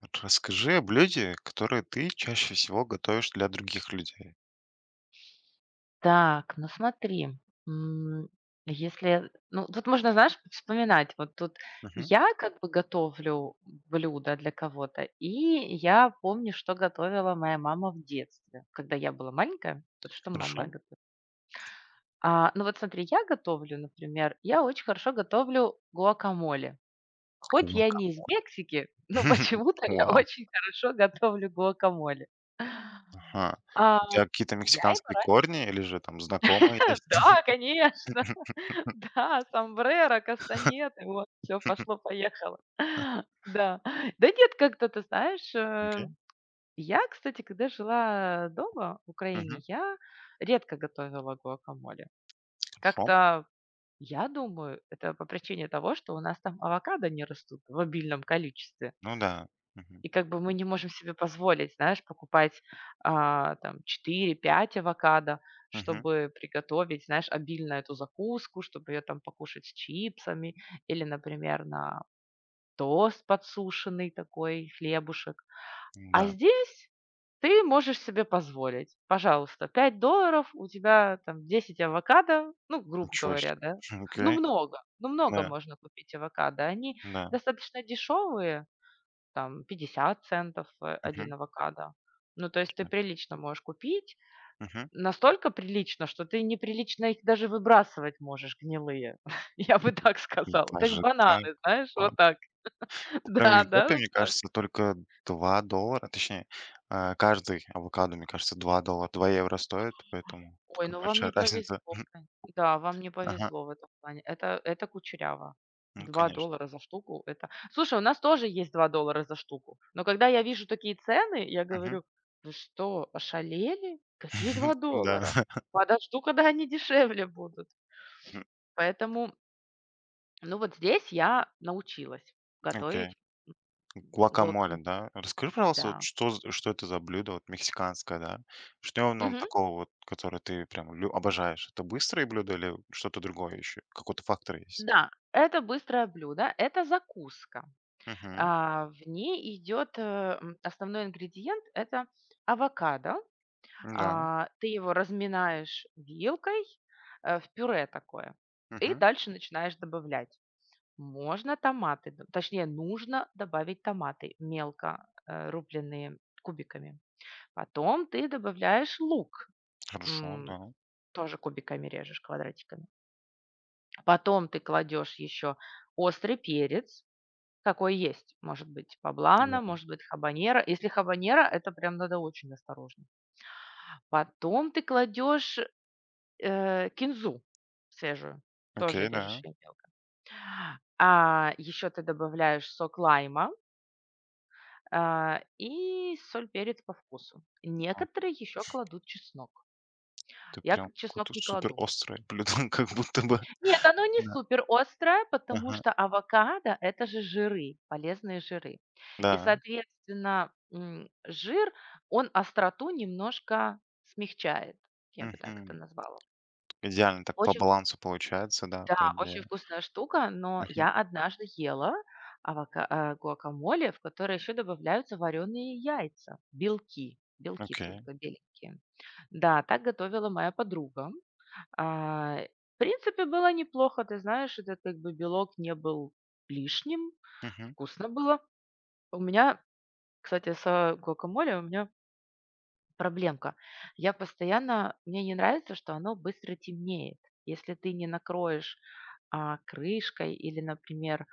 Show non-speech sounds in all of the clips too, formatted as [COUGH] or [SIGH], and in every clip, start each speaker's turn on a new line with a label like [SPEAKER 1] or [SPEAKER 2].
[SPEAKER 1] Вот расскажи о блюде, которое ты чаще всего готовишь для других людей.
[SPEAKER 2] Так, ну смотри, м, если, ну, тут можно, знаешь, вспоминать, вот тут
[SPEAKER 1] Мгм.
[SPEAKER 2] я как бы готовлю блюдо для кого-то, и я помню, что готовила моя мама в детстве, когда я была маленькая, вот что мама моя
[SPEAKER 1] Хорошо.
[SPEAKER 2] готовила. Ну вот смотри, я готовлю, например, я очень хорошо готовлю гуакамоле. Хоть я не из
[SPEAKER 1] Гуакамоль.
[SPEAKER 2] Мексики, [LAUGHS] но
[SPEAKER 1] [LAUGHS]
[SPEAKER 2] почему-то я
[SPEAKER 1] Вау.
[SPEAKER 2] очень хорошо готовлю гуакамоле.
[SPEAKER 1] Ага.
[SPEAKER 2] А,
[SPEAKER 1] У тебя какие-то
[SPEAKER 2] я его
[SPEAKER 1] мексиканские корни или же там знакомые
[SPEAKER 2] [LAUGHS]
[SPEAKER 1] есть? [LAUGHS]
[SPEAKER 2] Да, конечно. [LAUGHS] Да, сомбреро, кастанеты, вот, все пошло-поехало. [LAUGHS] Да. Да нет, как-то, ты знаешь,
[SPEAKER 1] Окей.
[SPEAKER 2] я, кстати, когда жила дома в
[SPEAKER 1] Мгм.
[SPEAKER 2] Украине, я редко готовила гуакамоле.
[SPEAKER 1] Хорошо.
[SPEAKER 2] Как-то, я думаю, это по причине того, что у нас там авокадо не растут в обильном количестве.
[SPEAKER 1] Ну да. Мгм.
[SPEAKER 2] И как бы мы не можем себе позволить, знаешь, покупать там четыре-пять авокадо,
[SPEAKER 1] Мгм.
[SPEAKER 2] чтобы приготовить, знаешь, обильно эту закуску, чтобы ее там покушать с чипсами или, например, на тост подсушенный такой, хлебушек. А
[SPEAKER 1] Да.
[SPEAKER 2] здесь ты можешь себе позволить. Пожалуйста, $5, у тебя там 10 авокадо, ну, грубо
[SPEAKER 1] Ничего
[SPEAKER 2] говоря,
[SPEAKER 1] себе.
[SPEAKER 2] да?
[SPEAKER 1] [LAUGHS] Окей.
[SPEAKER 2] Ну, много
[SPEAKER 1] Да.
[SPEAKER 2] можно купить авокадо. Они
[SPEAKER 1] Да.
[SPEAKER 2] достаточно дешевые, там 50 центов,
[SPEAKER 1] Мгм.
[SPEAKER 2] 1 авокадо. Ну, то есть ты
[SPEAKER 1] Да.
[SPEAKER 2] прилично можешь купить,
[SPEAKER 1] Мгм.
[SPEAKER 2] настолько прилично, что ты неприлично их даже выбрасывать можешь гнилые. [LAUGHS] Я бы так сказала, как
[SPEAKER 1] Даже так.
[SPEAKER 2] бананы, знаешь, вот так. [LAUGHS]
[SPEAKER 1] Это прям в
[SPEAKER 2] Да,
[SPEAKER 1] Европе,
[SPEAKER 2] даже
[SPEAKER 1] мне
[SPEAKER 2] так.
[SPEAKER 1] кажется, только 2 доллара, точнее, каждый авокадо, мне кажется, 2 доллара, 2 евро стоит, поэтому
[SPEAKER 2] Ой,
[SPEAKER 1] такая
[SPEAKER 2] ну вам не
[SPEAKER 1] большая разница.
[SPEAKER 2] повезло,
[SPEAKER 1] [LAUGHS]
[SPEAKER 2] кон да, вам не
[SPEAKER 1] Ага,
[SPEAKER 2] повезло в этом плане. Это кучеряво.
[SPEAKER 1] ну,
[SPEAKER 2] 2
[SPEAKER 1] конечно.
[SPEAKER 2] доллара за штуку — это... Слушай, у нас тоже есть $2 за штуку, но когда я вижу такие цены, я
[SPEAKER 1] Мгм.
[SPEAKER 2] говорю: "Вы что, ошалели? Какие два
[SPEAKER 1] [LAUGHS] Да.
[SPEAKER 2] доллара? Подожду, когда они дешевле будут".
[SPEAKER 1] М,
[SPEAKER 2] Поэтому, ну, вот здесь я научилась
[SPEAKER 1] окей.
[SPEAKER 2] готовить гуакам
[SPEAKER 1] Гуакамоле, да? Расскажи, пожалуйста,
[SPEAKER 2] да.
[SPEAKER 1] вот что это за блюдо, вот мексиканское, да? Что в нем
[SPEAKER 2] Мгм.
[SPEAKER 1] такого вот, которое ты прям лю обожаешь? Это быстрое блюдо или что-то другое еще? Какой-то фактор есть?
[SPEAKER 2] Да, это быстрое блюдо, это закуска.
[SPEAKER 1] Угу.
[SPEAKER 2] А, в ней идет, основной ингредиент — это авокадо.
[SPEAKER 1] Да.
[SPEAKER 2] А, ты его разминаешь вилкой, в пюре такое, и
[SPEAKER 1] Мгм.
[SPEAKER 2] дальше начинаешь добавлять. Можно томаты, д точнее, нужно добавить томаты, мелко, рубленные кубиками. Потом ты добавляешь лук,
[SPEAKER 1] Хорошо,
[SPEAKER 2] м,
[SPEAKER 1] да.
[SPEAKER 2] тоже кубиками режешь, квадратиками. Потом ты кладешь еще острый перец. Какой есть. Может быть, поблана,
[SPEAKER 1] Да.
[SPEAKER 2] может быть, хабанера. Если хабанера, это прям надо очень осторожно. Потом ты кладешь, кинзу свежую, тоже
[SPEAKER 1] Окей,
[SPEAKER 2] режешь
[SPEAKER 1] да.
[SPEAKER 2] мелко. А еще ты добавляешь сок лайма, и соль, перец по вкусу. Некоторые еще кладут чеснок.
[SPEAKER 1] Ты
[SPEAKER 2] Я
[SPEAKER 1] прям
[SPEAKER 2] к чеснок
[SPEAKER 1] какое-то
[SPEAKER 2] не
[SPEAKER 1] супер
[SPEAKER 2] кладу.
[SPEAKER 1] острое блюдо, [LAUGHS] как будто бы.
[SPEAKER 2] Нет, оно не
[SPEAKER 1] Да.
[SPEAKER 2] супер острое, потому
[SPEAKER 1] Ага.
[SPEAKER 2] что авокадо — это же жиры, полезные жиры. И,
[SPEAKER 1] Да.
[SPEAKER 2] соответственно, жир, он остроту немножко смягчает, я бы так
[SPEAKER 1] Мгм.
[SPEAKER 2] это назвала.
[SPEAKER 1] Идеально так по
[SPEAKER 2] Очень
[SPEAKER 1] балансу получается, да, по
[SPEAKER 2] да, очень
[SPEAKER 1] идее.
[SPEAKER 2] вкусная штука, но
[SPEAKER 1] Мгм.
[SPEAKER 2] я однажды ела гуакамоле, в которое еще добавляются вареные яйца, белки, белки
[SPEAKER 1] Окей.
[SPEAKER 2] только беленькие. Да, так готовила моя подруга. А, в принципе, было неплохо, ты знаешь, этот как бы белок не был лишним,
[SPEAKER 1] Мгм.
[SPEAKER 2] вкусно было. У меня, кстати, гуакамоле у меня... Проблемка. Я постоянно мне не нравится, что оно быстро темнеет. Если ты не накроешь, крышкой или, например,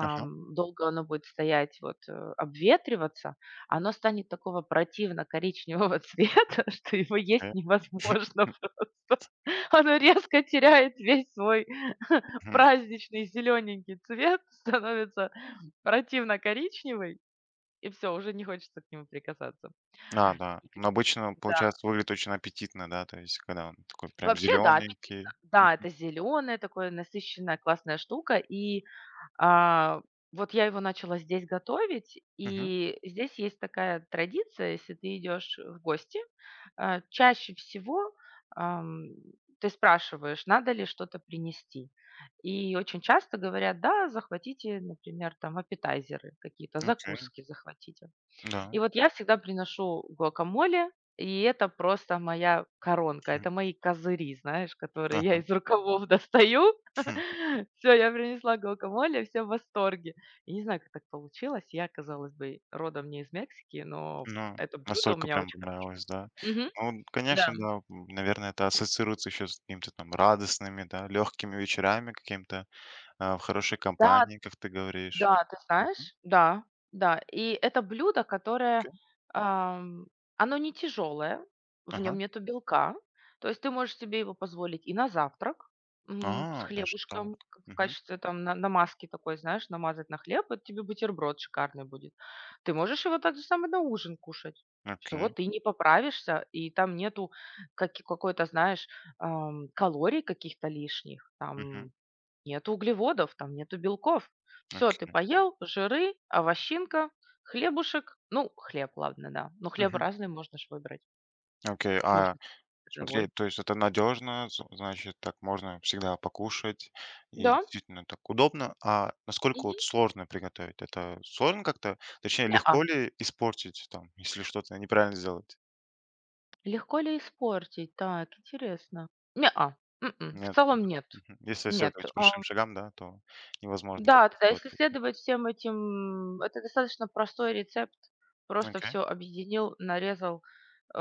[SPEAKER 1] Ага.
[SPEAKER 2] долго оно будет стоять, вот, обветриваться, оно станет такого противно-коричневого [LAUGHS] цвета, что его есть
[SPEAKER 1] Окей.
[SPEAKER 2] невозможно
[SPEAKER 1] [LAUGHS]
[SPEAKER 2] просто. Оно резко теряет весь свой [LAUGHS]
[SPEAKER 1] Мгм.
[SPEAKER 2] праздничный зелененький цвет, становится противно-коричневый, и все, уже не хочется к нему прикасаться.
[SPEAKER 1] А, да.
[SPEAKER 2] И к
[SPEAKER 1] Но обычно,
[SPEAKER 2] да.
[SPEAKER 1] получается, выглядит очень аппетитно, да, то есть когда он такой прям
[SPEAKER 2] Вообще, да, аппетитно.
[SPEAKER 1] зелененький.
[SPEAKER 2] Да, это зеленое, такое насыщенная классная штука. И, а, вот я его начала здесь готовить,
[SPEAKER 1] Мгм.
[SPEAKER 2] и здесь есть такая традиция, если ты идешь в гости, чаще всего, ам, ты спрашиваешь, надо ли что-то принести. И очень часто говорят: "Да, захватите, например, там, аппетайзеры, какие-то
[SPEAKER 1] Окей.
[SPEAKER 2] закуски захватите". И
[SPEAKER 1] Да.
[SPEAKER 2] вот я всегда приношу гуакамоле, и это просто моя коронка,
[SPEAKER 1] Мгм.
[SPEAKER 2] это мои козыри, знаешь, которые я
[SPEAKER 1] Ага.
[SPEAKER 2] из рукавов достаю.
[SPEAKER 1] Хм.
[SPEAKER 2] [LAUGHS] Все, я принесла гуакамоле, все в восторге. Я не знаю, как так получилось. Я, казалось бы, родом не из Мексики, но
[SPEAKER 1] Ну,
[SPEAKER 2] это блюдо у
[SPEAKER 1] настолько
[SPEAKER 2] меня
[SPEAKER 1] прям
[SPEAKER 2] очень хо
[SPEAKER 1] понравилось, да.
[SPEAKER 2] Мгм,
[SPEAKER 1] Ну, конечно, да, м, наверное, это ассоциируется еще с какими-то там радостными, да, легкими вечерами, каким-то. А, в хорошей
[SPEAKER 2] да да
[SPEAKER 1] компании, как ты говоришь.
[SPEAKER 2] Да, ты
[SPEAKER 1] Мгм.
[SPEAKER 2] знаешь, да, да. И это блюдо, которое,
[SPEAKER 1] Окей.
[SPEAKER 2] ам, оно не тяжелое, в нем
[SPEAKER 1] Ага.
[SPEAKER 2] нету белка. То есть ты можешь себе его позволить и на завтрак, с
[SPEAKER 1] А, даже так.
[SPEAKER 2] хлебушком к в
[SPEAKER 1] Мгм.
[SPEAKER 2] качестве там на намазки такой, знаешь, намазать на хлеб, это тебе бутерброд шикарный будет. Ты можешь его так же самое на ужин кушать. Всё,
[SPEAKER 1] Окей.
[SPEAKER 2] ты не поправишься, и там нету каки какой-то, знаешь, калорий каких-то лишних, там...
[SPEAKER 1] Мгм.
[SPEAKER 2] Нету углеводов, там нету белков. Все, ты
[SPEAKER 1] Окей.
[SPEAKER 2] поел, жиры, овощинка, хлебушек. Ну, хлеб, ладно, да. Но хлеб
[SPEAKER 1] Мгм.
[SPEAKER 2] разный можно же выбрать.
[SPEAKER 1] Окей. А
[SPEAKER 2] Можно цветовой.
[SPEAKER 1] смотри, то есть это надежно, значит, так можно всегда покушать и
[SPEAKER 2] Да.
[SPEAKER 1] действительно так удобно. А насколько
[SPEAKER 2] Мгм.
[SPEAKER 1] вот сложно приготовить? Это сложно как-то? Точнее,
[SPEAKER 2] Неа.
[SPEAKER 1] легко ли испортить там, [LAUGHS] если что-то неправильно сделать?
[SPEAKER 2] Легко ли испортить? Так, интересно. Неа. В
[SPEAKER 1] Нет.
[SPEAKER 2] целом нет.
[SPEAKER 1] Мгм. Если
[SPEAKER 2] Нет.
[SPEAKER 1] следовать большим шагам, да, то невозможно
[SPEAKER 2] Да,
[SPEAKER 1] как-то
[SPEAKER 2] да, да, если
[SPEAKER 1] испортить.
[SPEAKER 2] следовать всем этим, это достаточно простой рецепт. Просто
[SPEAKER 1] Окей.
[SPEAKER 2] все объединил, нарезал, э,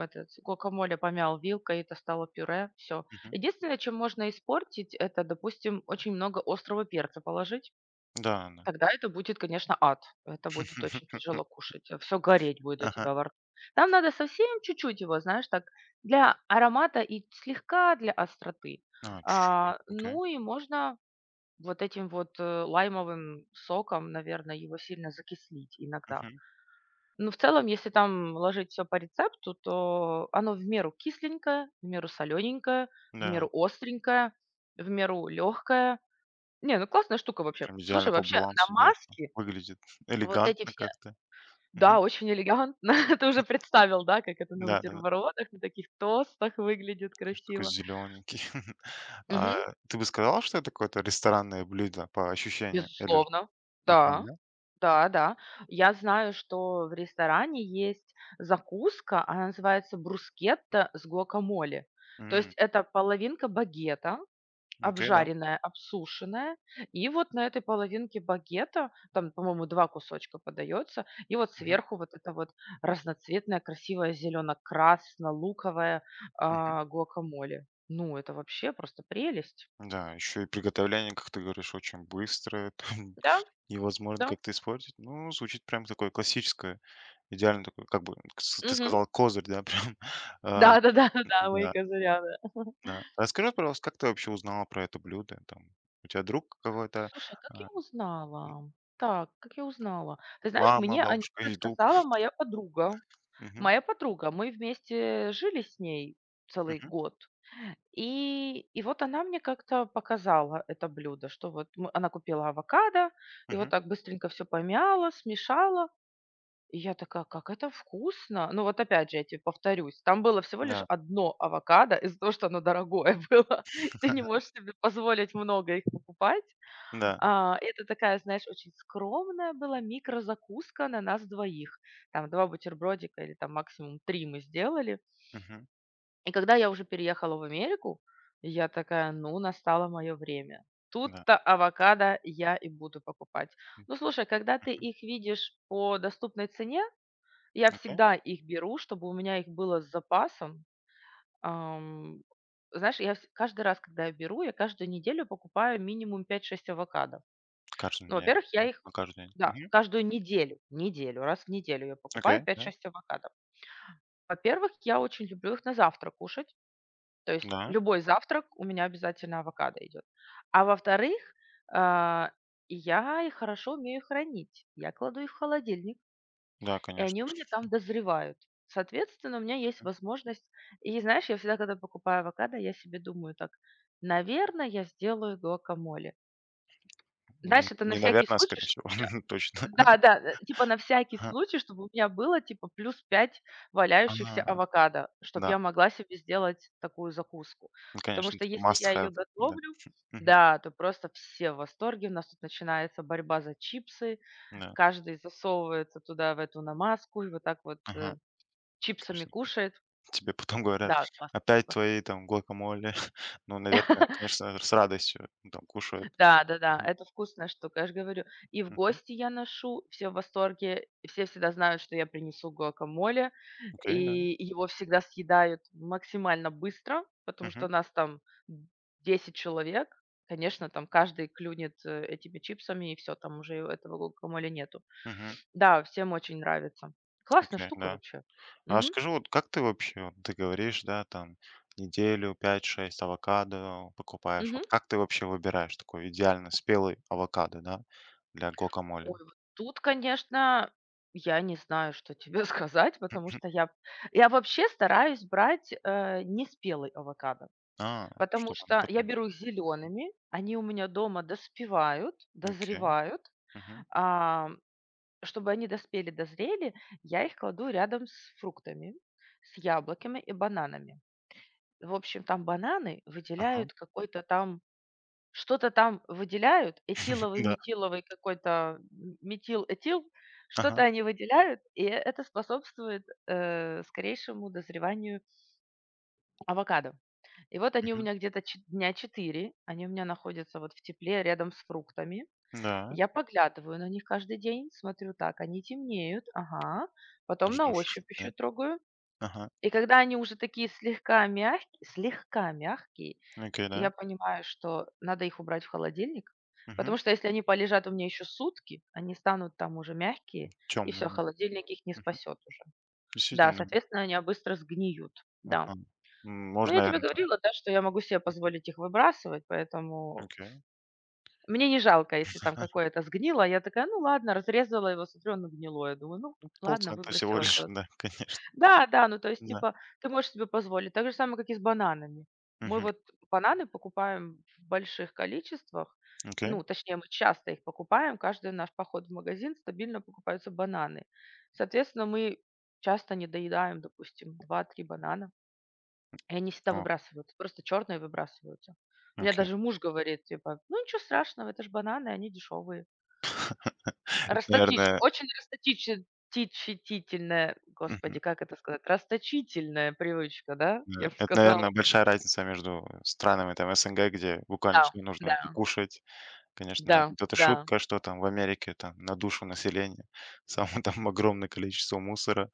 [SPEAKER 2] этот гуакамоле помял вилкой, это стало пюре, все.
[SPEAKER 1] Мгм.
[SPEAKER 2] Единственное, чем можно испортить, это, допустим, очень много острого перца положить.
[SPEAKER 1] Да, да.
[SPEAKER 2] Тогда это будет, конечно, ад. Это будет очень
[SPEAKER 1] [LAUGHS]
[SPEAKER 2] тяжело кушать. Все гореть будет у
[SPEAKER 1] Ага.
[SPEAKER 2] тебя во рту. Там надо совсем чуть-чуть его, знаешь, так для аромата и слегка для остроты.
[SPEAKER 1] А, чуть-чуть,
[SPEAKER 2] А,
[SPEAKER 1] окей.
[SPEAKER 2] ну и можно вот этим вот, лаймовым соком, наверное, его сильно закислить иногда.
[SPEAKER 1] Мгм.
[SPEAKER 2] Но в целом, если там ложить все по рецепту, то оно в меру кисленькое, в меру солененькое, в меру
[SPEAKER 1] Да,
[SPEAKER 2] остренькое, в меру легкое. Не, ну классная штука вообще.
[SPEAKER 1] прям идеально
[SPEAKER 2] Слушай,
[SPEAKER 1] по
[SPEAKER 2] вообще на
[SPEAKER 1] балансу, да, ещё.
[SPEAKER 2] маске
[SPEAKER 1] Выглядит
[SPEAKER 2] вот эти
[SPEAKER 1] элегантно
[SPEAKER 2] все...
[SPEAKER 1] как-то.
[SPEAKER 2] Да,
[SPEAKER 1] Мгм.
[SPEAKER 2] очень элегантно. [LAUGHS] Ты уже представил, да, как это на
[SPEAKER 1] Да-да-да,
[SPEAKER 2] бутербродах, на таких тостах выглядит
[SPEAKER 1] конечно, такой
[SPEAKER 2] красиво.
[SPEAKER 1] зелененький. [LAUGHS] А,
[SPEAKER 2] Мгм.
[SPEAKER 1] ты бы сказала, что это какое-то ресторанное блюдо по ощущениям? Или ж.
[SPEAKER 2] Безусловно.
[SPEAKER 1] Ага,
[SPEAKER 2] Да.
[SPEAKER 1] да?
[SPEAKER 2] Да, да. Я знаю, что в ресторане есть закуска, она называется брускетта с гуакамоле. То есть
[SPEAKER 1] М,
[SPEAKER 2] это половинка багета,
[SPEAKER 1] окей, да.
[SPEAKER 2] обжаренная, обсушенная, и вот на этой половинке багета, там, по-моему, 2 кусочка подается, и вот
[SPEAKER 1] Мгм,
[SPEAKER 2] сверху вот это вот разноцветное, красивое, зелено-красно-луковое,
[SPEAKER 1] мгм.
[SPEAKER 2] гуакамоле. Ну, это вообще просто прелесть.
[SPEAKER 1] Да, еще и приготовление, как ты говоришь, очень быстрое, [LAUGHS] там
[SPEAKER 2] Да,
[SPEAKER 1] невозможно
[SPEAKER 2] да.
[SPEAKER 1] как-то испортить. Ну, звучит прям такое классическое, идеально такое, как бы, кс ты
[SPEAKER 2] Мгм.
[SPEAKER 1] сказала, козырь, да, [LAUGHS] прям.
[SPEAKER 2] [LAUGHS]
[SPEAKER 1] А,
[SPEAKER 2] Да-да-да-да-да, мои
[SPEAKER 1] да.
[SPEAKER 2] козыря.
[SPEAKER 1] Да. Расскажи, пожалуйста, как ты вообще узнала про это блюдо? Там, у тебя друг какой-то,
[SPEAKER 2] Слушай, а как я
[SPEAKER 1] а,
[SPEAKER 2] узнала? Так, как я узнала? Ты знаешь,
[SPEAKER 1] мама,
[SPEAKER 2] мне о нём
[SPEAKER 1] бабушка, "Ютуб"?
[SPEAKER 2] рассказала моя подруга.
[SPEAKER 1] Мгм,
[SPEAKER 2] Моя подруга, мы вместе жили с ней целый
[SPEAKER 1] мгм,
[SPEAKER 2] год. И вот она мне как-то показала это блюдо, что вот мы она купила авокадо и вот
[SPEAKER 1] мгм.
[SPEAKER 2] так быстренько все помяла, смешала. И я такая: "Как это вкусно!" Ну, вот опять же, я тебе повторюсь, там было всего лишь
[SPEAKER 1] Да,
[SPEAKER 2] одно авокадо из-за того, что оно дорогое [LAUGHS] было. Ты не
[SPEAKER 1] [LAUGHS]
[SPEAKER 2] можешь себе позволить много их покупать.
[SPEAKER 1] да,
[SPEAKER 2] А, и это такая, знаешь, очень скромная была микрозакуска на нас двоих. Там 2 бутербродика или там максимум 3 мы сделали.
[SPEAKER 1] мгм,
[SPEAKER 2] И когда я уже переехала в Америку, я такая: "Ну, настало мое время.
[SPEAKER 1] да,
[SPEAKER 2] Тут-то авокадо я и буду покупать". Ну, слушай, когда ты
[SPEAKER 1] мгм.
[SPEAKER 2] их видишь по доступной цене, я
[SPEAKER 1] Окей.
[SPEAKER 2] всегда их беру, чтобы у меня их было с запасом. Ам, знаешь, я вс каждый раз, когда я беру, я каждую неделю покупаю минимум пять-шесть авокадо.
[SPEAKER 1] Каждый
[SPEAKER 2] Ну,
[SPEAKER 1] день,
[SPEAKER 2] во-первых, я
[SPEAKER 1] да,
[SPEAKER 2] их...
[SPEAKER 1] на каждый день.
[SPEAKER 2] да,
[SPEAKER 1] Мгм.
[SPEAKER 2] каждую неделю, неделю, раз в неделю я
[SPEAKER 1] Окей,
[SPEAKER 2] покупаю
[SPEAKER 1] да,
[SPEAKER 2] пять-шесть авокадо. Во-первых, я очень люблю их на завтрак кушать, то есть
[SPEAKER 1] да,
[SPEAKER 2] любой завтрак у меня обязательно авокадо идет. А во-вторых, а, я их хорошо умею хранить. Я кладу их в холодильник.
[SPEAKER 1] да,
[SPEAKER 2] И они
[SPEAKER 1] конечно.
[SPEAKER 2] у меня там дозревают. Соответственно, у меня есть возможность... и знаешь, я всегда, когда покупаю авокадо, я себе думаю так: наверное, я сделаю гуакамоле". Знаешь,
[SPEAKER 1] М,
[SPEAKER 2] это на
[SPEAKER 1] не
[SPEAKER 2] всякий
[SPEAKER 1] наверное, а
[SPEAKER 2] случай,
[SPEAKER 1] скорее
[SPEAKER 2] чтобы
[SPEAKER 1] всего,
[SPEAKER 2] у меня...
[SPEAKER 1] [LAUGHS] точно.
[SPEAKER 2] да-да, типа на всякий
[SPEAKER 1] Ага,
[SPEAKER 2] случай, чтобы у меня было типа плюс 5
[SPEAKER 1] ага,
[SPEAKER 2] валяющихся авокадо, чтобы
[SPEAKER 1] да,
[SPEAKER 2] я могла себе сделать такую закуску.
[SPEAKER 1] ну,
[SPEAKER 2] Потому
[SPEAKER 1] конечно,
[SPEAKER 2] что
[SPEAKER 1] это
[SPEAKER 2] если
[SPEAKER 1] must
[SPEAKER 2] я ее
[SPEAKER 1] have, да.
[SPEAKER 2] готовлю,
[SPEAKER 1] Мгм,
[SPEAKER 2] да, то просто все в восторге. У нас тут начинается борьба за чипсы,
[SPEAKER 1] да,
[SPEAKER 2] каждый засовывается туда, в эту намазку, и вот так вот,
[SPEAKER 1] ага,
[SPEAKER 2] Чипсами
[SPEAKER 1] конечно.
[SPEAKER 2] кушает.
[SPEAKER 1] Тебе потом говорят:
[SPEAKER 2] Да, классная
[SPEAKER 1] "Опять
[SPEAKER 2] штука.
[SPEAKER 1] твои там гуакамоле". [LAUGHS] Ну, наверное, конечно, с радостью ну, там кушают.
[SPEAKER 2] Да-да-да, это вкусная штука, я же говорю. И в
[SPEAKER 1] Мгм.
[SPEAKER 2] гости я ношу, все в восторге, все всегда знают, что я принесу гуакамоле,
[SPEAKER 1] Окей, да.
[SPEAKER 2] и его всегда съедают максимально быстро, потому что
[SPEAKER 1] Мгм.
[SPEAKER 2] нас там 10 человек. Конечно, там каждый клюнет, этими чипсами, и все, там уже этого гуакамоле нету.
[SPEAKER 1] Мгм.
[SPEAKER 2] Да, всем очень нравится. Классная
[SPEAKER 1] Окей,
[SPEAKER 2] штука
[SPEAKER 1] да.
[SPEAKER 2] вообще.
[SPEAKER 1] А
[SPEAKER 2] Мгм,
[SPEAKER 1] скажи, вот как ты вообще, вот ты говоришь, да, там неделю пять-шесть авокадо покупаешь.
[SPEAKER 2] мгм.
[SPEAKER 1] Вот как ты вообще выбираешь такой идеально спелый авокадо, да, для гуакамоле?
[SPEAKER 2] Ой, вот тут, конечно, я не знаю, что тебе [LAUGHS] сказать, потому что я вообще стараюсь брать, неспелый авокадо,
[SPEAKER 1] А,
[SPEAKER 2] потому
[SPEAKER 1] чтобы оно
[SPEAKER 2] что я
[SPEAKER 1] потом.
[SPEAKER 2] беру их зелеными, они у меня дома доспевают,
[SPEAKER 1] Окей.
[SPEAKER 2] дозревают.
[SPEAKER 1] Мгм.
[SPEAKER 2] А, чтобы они доспели, дозрели, я их кладу рядом с фруктами, с яблоками и бананами. В общем, там бананы
[SPEAKER 1] Ага.
[SPEAKER 2] выделяют какой-то там... что-то там выделяют,
[SPEAKER 1] [LAUGHS]
[SPEAKER 2] этиловый,
[SPEAKER 1] Да.
[SPEAKER 2] метиловый какой-то, м этил, что-то
[SPEAKER 1] Ага.
[SPEAKER 2] они выделяют, и это способствует, скорейшему дозреванию авокадо. И вот они у
[SPEAKER 1] Мгм.
[SPEAKER 2] меня где-то чет дня 4, они у меня находятся вот в тепле рядом с фруктами.
[SPEAKER 1] Да.
[SPEAKER 2] Я поглядываю на них каждый день, смотрю: так, они темнеют, ага. Потом на
[SPEAKER 1] Ждешь. [LAUGHS]
[SPEAKER 2] ощупь
[SPEAKER 1] Да.
[SPEAKER 2] еще трогаю.
[SPEAKER 1] Ага.
[SPEAKER 2] И когда они уже такие слегка мягкие,
[SPEAKER 1] Окей,
[SPEAKER 2] я
[SPEAKER 1] да.
[SPEAKER 2] понимаю, что надо их убрать в холодильник,
[SPEAKER 1] Угу,
[SPEAKER 2] потому что если они полежат у меня еще сутки, они станут там уже мягкие, и все,
[SPEAKER 1] темный.
[SPEAKER 2] холодильник их не
[SPEAKER 1] Мгм.
[SPEAKER 2] спасет уже. Да,
[SPEAKER 1] Действительно, да.
[SPEAKER 2] соответственно, они, быстро сгниют, да.
[SPEAKER 1] Ага. М,
[SPEAKER 2] Но
[SPEAKER 1] можно,
[SPEAKER 2] я тебе
[SPEAKER 1] наверное, так.
[SPEAKER 2] говорила, да, что я могу себе
[SPEAKER 1] М,
[SPEAKER 2] позволить их выбрасывать, поэтому
[SPEAKER 1] окей.
[SPEAKER 2] мне не жалко, если там
[SPEAKER 1] [LAUGHS]
[SPEAKER 2] какое-то сгнило. Я такая: "Ну ладно". Разрезала его, смотрю, оно гнилое. Думаю: "Ну ладно,
[SPEAKER 1] Полцента всего
[SPEAKER 2] выбросила,
[SPEAKER 1] лишь,
[SPEAKER 2] взяла".
[SPEAKER 1] да, конечно.
[SPEAKER 2] Да, да, ну, то есть,
[SPEAKER 1] Да.
[SPEAKER 2] типа, ты можешь себе позволить. Так же самое, как и с бананами. Мы
[SPEAKER 1] Мгм.
[SPEAKER 2] вот бананы покупаем в больших количествах.
[SPEAKER 1] Окей.
[SPEAKER 2] Ну, точнее, мы часто их покупаем. Каждый наш поход в магазин стабильно покупаются бананы. Соответственно, мы часто не доедаем, допустим, два-три банана. И они всегда
[SPEAKER 1] О,
[SPEAKER 2] выбрасываются, просто черные выбрасываются. У меня
[SPEAKER 1] окей.
[SPEAKER 2] даже муж говорит, типа, ну ничего страшного, это же бананы, они дешевые.
[SPEAKER 1] Это,
[SPEAKER 2] Расточич
[SPEAKER 1] наверное,
[SPEAKER 2] очень расточичи тичитительная, господи,
[SPEAKER 1] мгм,
[SPEAKER 2] как это сказать, расточительная привычка, да, я
[SPEAKER 1] да.
[SPEAKER 2] бы
[SPEAKER 1] Это, наверное,
[SPEAKER 2] сказала.
[SPEAKER 1] большая разница между странами там СНГ, где буквально
[SPEAKER 2] Да,
[SPEAKER 1] все нужно
[SPEAKER 2] да,
[SPEAKER 1] докушать. Конечно, да.
[SPEAKER 2] да,
[SPEAKER 1] Вот эта
[SPEAKER 2] да,
[SPEAKER 1] шутка, что там в Америке там на душу населения [LAUGHS] само там огромное количество мусора,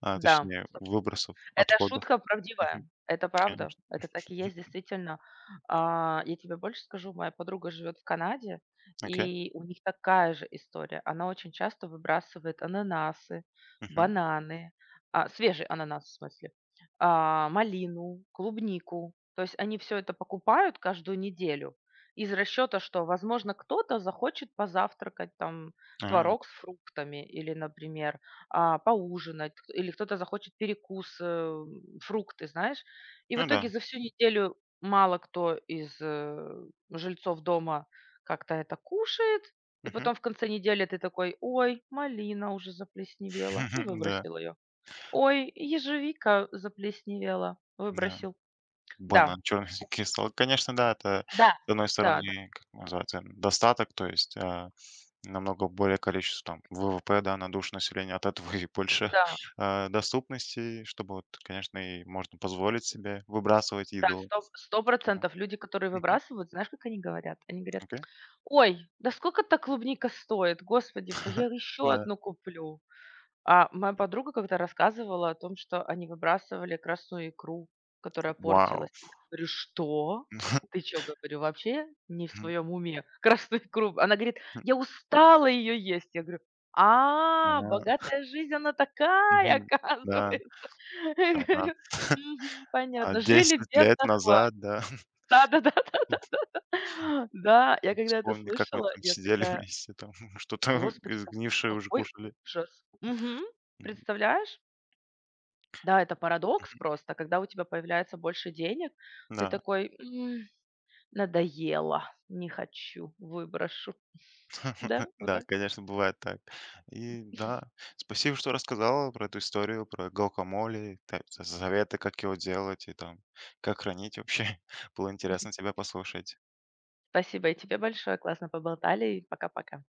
[SPEAKER 1] а,
[SPEAKER 2] да.
[SPEAKER 1] точнее выбросов,
[SPEAKER 2] Это
[SPEAKER 1] отходов.
[SPEAKER 2] шутка
[SPEAKER 1] Мгм,
[SPEAKER 2] правдивая. Это правда.
[SPEAKER 1] конечно.
[SPEAKER 2] Это так и есть, действительно. А, я тебе больше скажу, моя подруга живет в Канаде,
[SPEAKER 1] Окей.
[SPEAKER 2] и у них такая же история. Она очень часто выбрасывает ананасы,
[SPEAKER 1] Мгм.
[SPEAKER 2] бананы, свежий ананас, в смысле, малину, клубнику. То есть они все это покупают каждую неделю из расчета, что, возможно, кто-то захочет позавтракать там
[SPEAKER 1] А,
[SPEAKER 2] творог с фруктами или, например, поужинать, к или кто-то захочет перекус, фрукты, знаешь. И в
[SPEAKER 1] ну да.
[SPEAKER 2] итоге за всю неделю мало кто из, жильцов дома как-то это кушает, и
[SPEAKER 1] Мгм.
[SPEAKER 2] потом в конце недели ты такой: "Ой, малина уже заплесневела", — и
[SPEAKER 1] [LAUGHS] Да,
[SPEAKER 2] выбросил ее. "Ой, ежевика заплесневела", —
[SPEAKER 1] да.
[SPEAKER 2] выбросил. Да,
[SPEAKER 1] Банан, черный [LAUGHS] кристалл. Конечно, да, это
[SPEAKER 2] да,
[SPEAKER 1] с одной стороны,
[SPEAKER 2] да, да,
[SPEAKER 1] как называется, достаток, то есть, а, намного более количеством ВВП, да, на душу населения, от этого и больше,
[SPEAKER 2] да.
[SPEAKER 1] [LAUGHS] а, доступности, чтобы вот, конечно, и можно позволить себе выбрасывать
[SPEAKER 2] Да,
[SPEAKER 1] еду.
[SPEAKER 2] сто
[SPEAKER 1] Поэтому.
[SPEAKER 2] процентов. Люди, которые
[SPEAKER 1] Мгм.
[SPEAKER 2] выбрасывают, знаешь, как они говорят? Они говорят:
[SPEAKER 1] Окей.
[SPEAKER 2] "Ой, да сколько та клубника стоит? Господи, п я еще
[SPEAKER 1] Да.
[SPEAKER 2] одну куплю". А, моя подруга как-то рассказывала о том, что они выбрасывали красную икру, которая
[SPEAKER 1] Вау!
[SPEAKER 2] портилась. Я говорю: "Что? Ты
[SPEAKER 1] [LAUGHS]
[SPEAKER 2] чё?" Говорю: "Вообще не в
[SPEAKER 1] Мгм.
[SPEAKER 2] своем уме [LAUGHS] красную икру". Она говорит: "Я устала её есть". Я говорю: "А,
[SPEAKER 1] А,
[SPEAKER 2] богатая жизнь, она такая,
[SPEAKER 1] мгм. Да,
[SPEAKER 2] оказывается". [LAUGHS] Я
[SPEAKER 1] там, а,
[SPEAKER 2] говорю: "Мгм,
[SPEAKER 1] [LAUGHS] а
[SPEAKER 2] понятно. Жили
[SPEAKER 1] 10 лет
[SPEAKER 2] бедно, хватит".
[SPEAKER 1] назад, да, [LAUGHS]
[SPEAKER 2] Да-да-да-да. [LAUGHS] Да, я когда это
[SPEAKER 1] вспомни, как мы
[SPEAKER 2] слышала,
[SPEAKER 1] там
[SPEAKER 2] я
[SPEAKER 1] сидели
[SPEAKER 2] такая:
[SPEAKER 1] вместе, там [LAUGHS] что-то, [LAUGHS]
[SPEAKER 2] "Господи,
[SPEAKER 1] сгнившее уже
[SPEAKER 2] какой
[SPEAKER 1] кушали.
[SPEAKER 2] ужас". Мгм.
[SPEAKER 1] Мгм.
[SPEAKER 2] Представляешь? Да, это парадокс просто, когда у тебя появляется больше денег, ты
[SPEAKER 1] Да.
[SPEAKER 2] такой: "М, надоело, не хочу, выброшу".
[SPEAKER 1] [LAUGHS]
[SPEAKER 2] Да, вот
[SPEAKER 1] Да,
[SPEAKER 2] так.
[SPEAKER 1] конечно, бывает так. И да, спасибо, что рассказала про эту историю, про гуакамоле, советы, как его делать и там, как хранить вообще. [LAUGHS] Было интересно тебя послушать.
[SPEAKER 2] Спасибо и тебе большое, классно поболтали и пока-пока.